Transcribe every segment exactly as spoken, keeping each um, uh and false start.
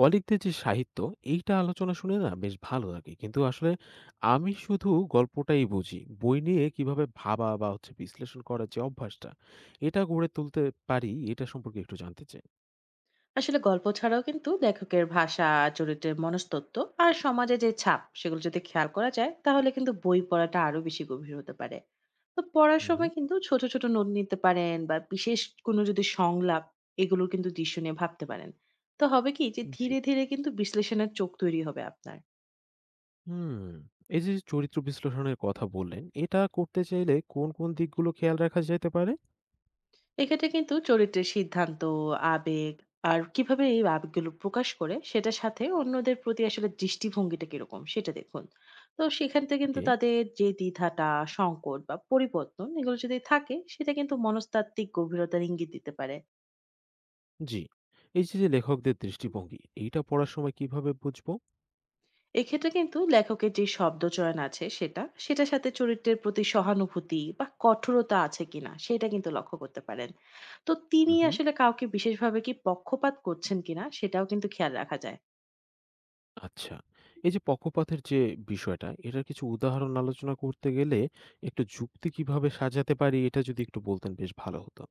কলিগদের যে সাহিত্য এইটা আলোচনা শুনে না বেশ ভালো লাগে, কিন্তু আসলে আমি শুধু গল্পটাই বুঝি। বই নিয়ে কিভাবে ভাবা বা হচ্ছে বিশ্লেষণ করার যে অভ্যাসটা এটা গড়ে তুলতে পারি, এটা সম্পর্কে একটু জানতে চাই। আসলে গল্প ছাড়াও কিন্তু লেখকের ভাষা চরিত্রের মনস্তত্ত্ব আর সমাজে যে ছাপ সেগুলো যদি খেয়াল করা যায় তাহলে কিন্তু বই পড়াটা আরো বেশি গভীর হতে পারে। তো পড়ার হুম। সময় কিন্তু ছোট ছোট নোট নিতে পারেন বা বিশেষ কোনো যদি সংলাপ এগুলো কিন্তু দৃশ্য নিয়ে ভাবতে পারেন। তো হবে কি যে জি। ধীরে ধীরে কিন্তু বিশ্লেষণের চোখ তৈরি হবে আপনার। হুম। এই যে চরিত্র বিশ্লেষণের কথা বললেন, এটা করতে চাইলে কোন কোন দিকগুলো খেয়াল রাখা যেতে পারে? এক্ষেত্রে কিন্তু চরিত্রের সিদ্ধান্ত, আবেগ আর কিভাবে এই আবেগগুলো প্রকাশ করে সেটার সাথে অন্যদের প্রতি আসলে দৃষ্টিভঙ্গিটা কিরকম সেটা দেখুন। তো সেখান থেকে কিন্তু ওকে। তাদের যে দ্বিধাটা, সংকট বা পরিবর্তন এগুলো যদি থাকে সেটা কিন্তু মনস্তাত্ত্বিক গভীরতার ইঙ্গিত দিতে পারে। জি। এই যে, যে লেখকদের দৃষ্টিভঙ্গি, এইটা পড়ার সময় কিভাবে বুঝবো? এক্ষেত্রে কিন্তু লেখকের যে শব্দচয়ন আছে সেটা, সেটার সাথে চরিত্রের প্রতি সহানুভূতি বা কঠোরতা আছে কিনা সেটা কিন্তু লক্ষ্য করতে পারেন। তো হু, তিনি হু। আসলে কাউকে বিশেষভাবে কি পক্ষপাত করছেন কিনা সেটাও কিন্তু খেয়াল রাখা যায়। আচ্ছা। এই যে পক্ষপাতের যে বিষয়টা, এটার কিছু উদাহরণ আলোচনা করতে গেলে একটু যুক্তি কিভাবে সাজাতে পারি, এটা যদি একটু বলতেন বেশ ভালো হতো।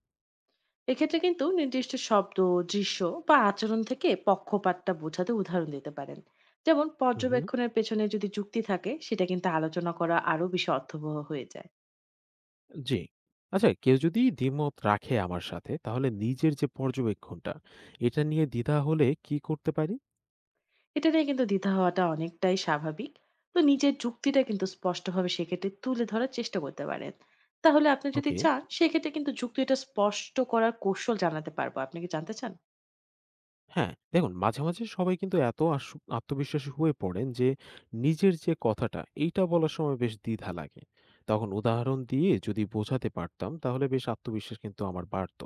এক্ষেত্রে কিন্তু নির্দিষ্ট শব্দ দৃশ্য বা আচরণ থেকে পক্ষপাতটা বোঝাতে উদাহরণ দিতে পারেন। যেমন হু, হু। পর্যবেক্ষণের পেছনে যদি যুক্তি থাকে সেটা কিন্তু আলোচনা করা আরো বেশি অর্থবহ হয়ে যায়। জি। আচ্ছা, কেউ যদি দ্বিমত রাখে আমার সাথে, তাহলে নিজের যে পর্যবেক্ষণটা, এটা নিয়ে দ্বিধা হলে কি করতে পারি? এটা নিয়ে কিন্তু দ্বিধা হওয়াটা অনেকটাই স্বাভাবিক। তো নিজের যুক্তিটা কিন্তু স্পষ্টভাবে সেক্ষেত্রে তুলে ধরার চেষ্টা করতে পারেন। তাহলে আপনি যদি ওকে। চান সেক্ষেত্রে কিন্তু যুক্তিটা স্পষ্ট করার কৌশল জানাতে পারবো। আপনি কি জানতে চান? হ্যাঁ, দেখুন মাঝে, মাঝে সবাই কিন্তু এত আস আত্মবিশ্বাসী হয়ে পড়েন যে নিজের যে কথাটা এইটা বলার সময় বেশ দ্বিধা লাগে। তখন উদাহরণ দিয়ে যদি বোঝাতে পারতাম, তাহলে বেশ আত্মবিশ্বাস কিন্তু আমার বাড়ত।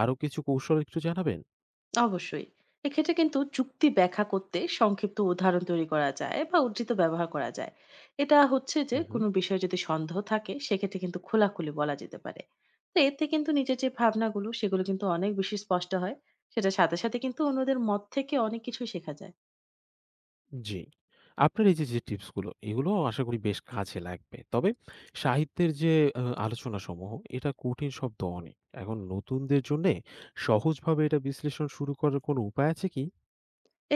আরো কিছু কৌশল একটু জানাবেন? অবশ্যই। এক্ষেত্রে কিন্তু যুক্তি ব্যাখ্যা করতে সংক্ষিপ্ত উদাহরণ তৈরি করা যায় বা উদ্ধৃত ব্যবহার করা যায়। এটা হচ্ছে যে হু, হু। কোনো বিষয়ে যদি সন্দেহ থাকে সেক্ষেত্রে কিন্তু খোলাখুলি বলা যেতে পারে। তো এতে কিন্তু নিজের যে ভাবনাগুলো সেগুলো কিন্তু অনেক বেশি স্পষ্ট হয়। সেটার সাথে, সাথে কিন্তু অন্যদের মত থেকে অনেক কিছুই শেখা যায়। জি। আপনার এই যে, যে টিপস গুলো এগুলো আশা করি বেশ কাজে লাগবে। তবে সাহিত্যের যে আ আলোচনাসমূহ এটা কঠিন শব্দ অনেক। এখন নতুনদের জন্যে সহজভাবে এটা বিশ্লেষণ শুরু করার কোনো উপায় আছে কি?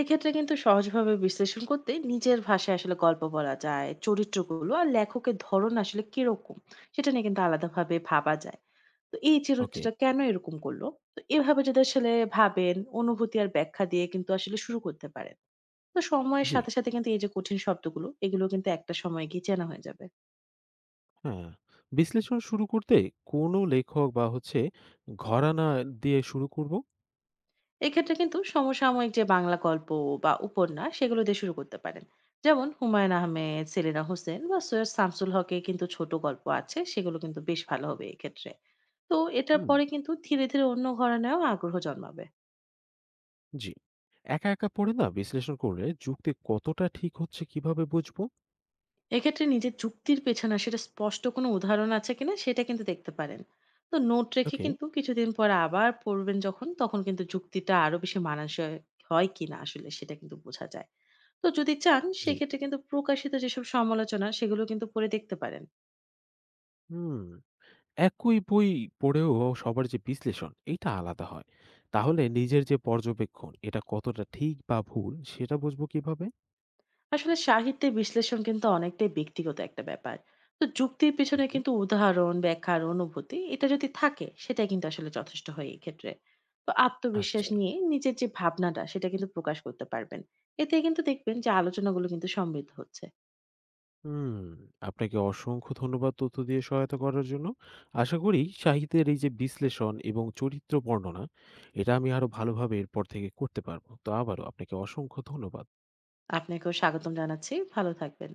এক্ষেত্রে কিন্তু সহজভাবে বিশ্লেষণ করতে নিজের ভাষায় আসলে গল্প বলা যায়, চরিত্রগুলো আর লেখকের ধরন আসলে কিরকম সেটা নিয়ে কিন্তু আলাদাভাবে ভাবা যায়। তো এই ওকে। চরিত্রটা কেন এরকম করল? তো এভাবে যদি আসলে ভাবেন, অনুভূতি আর ব্যাখ্যা দিয়ে কিন্তু আসলে শুরু করতে পারেন। তো সময়ের জি। সাথে, সাথে কিন্তু এই যে কঠিন শব্দগুলো, এগুলো কিন্তু একটা সময় গিয়ে চেনা হয়ে যাবে। হ্যাঁ, বিশ্লেষণ শুরু করতে কোন লেখক বা হচ্ছে ঘরানা দিয়ে শুরু করব? এক্ষেত্রে কিন্তু সমসাময়িক যে বাংলা গল্প বা উপন্যাস, সেগুলো দিয়ে শুরু করতে পারেন। যেমন হুমায়ূন আহমেদ, সেলিনা হোসেন বা সৈয়দ শামসুল হকের কিন্তু ছোট গল্প আছে, সেগুলো কিন্তু বেশ ভালো হবে এক্ষেত্রে। তো এটার হুম, পরে কিন্তু ধীরে, ধীরে অন্য ঘরানায়ও আগ্রহ জন্মাবে। জি। একা, একা পড়ে না বিশ্লেষণ করলে যুক্তি কতটা ঠিক হচ্ছে কিভাবে বুঝবো? এক্ষেত্রে নিজের যুক্তির পেছনে সেটা স্পষ্ট কোনো উদাহরণ আছে কিনা সেটা কিন্তু দেখতে পারেন। তো নোট রেখে ওকে, কিন্তু কিছুদিন পর আবার পড়বেন যখন তখন কিন্তু যুক্তিটা আরো বেশি মানানসই হয় কিনা আসলে সেটা কিন্তু বোঝা যায়। তো যদি চান জি। সেক্ষেত্রে কিন্তু প্রকাশিত যেসব সমালোচনা সেগুলো কিন্তু পড়ে দেখতে পারেন। হুম, একই বই পড়েও সবার যে বিশ্লেষণ এটা আলাদা হয়। তাহলে নিজের যে পর্যবেক্ষণ এটা কতটা ঠিক বা ভুল সেটা বুঝবো কিভাবে? আসলে সাহিত্যের বিশ্লেষণ কিন্তু অনেকটাই ব্যক্তিগত একটা ব্যাপার। তো যুক্তির হুম, পেছনে হুম। কিন্তু উদাহরণ, ব্যাখ্যা আর অনুভূতি এটা যদি থাকে সেটা কিন্তু আসলে যথেষ্ট হয় এই ক্ষেত্রে। তো আত্মবিশ্বাস আচ্ছা। নিয়ে নিজের যে ভাবনাটা সেটা কিন্তু প্রকাশ করতে পারবেন। এতে কিন্তু দেখবেন যে আলোচনাগুলো কিন্তু সমৃদ্ধ হচ্ছে। হুম। আপনাকে অসংখ্য ধন্যবাদ তথ্য দিয়ে সহায়তা করার জন্য। আশা করি সাহিত্যের এই যে বিশ্লেষণ এবং চরিত্র বর্ণনা এটা আমি আরো ভালোভাবে এরপর থেকে করতে পারবো। তো আবারও আপনাকে অসংখ্য ধন্যবাদ। আপনাকেও স্বাগতম জানাচ্ছি। ভালো থাকবেন।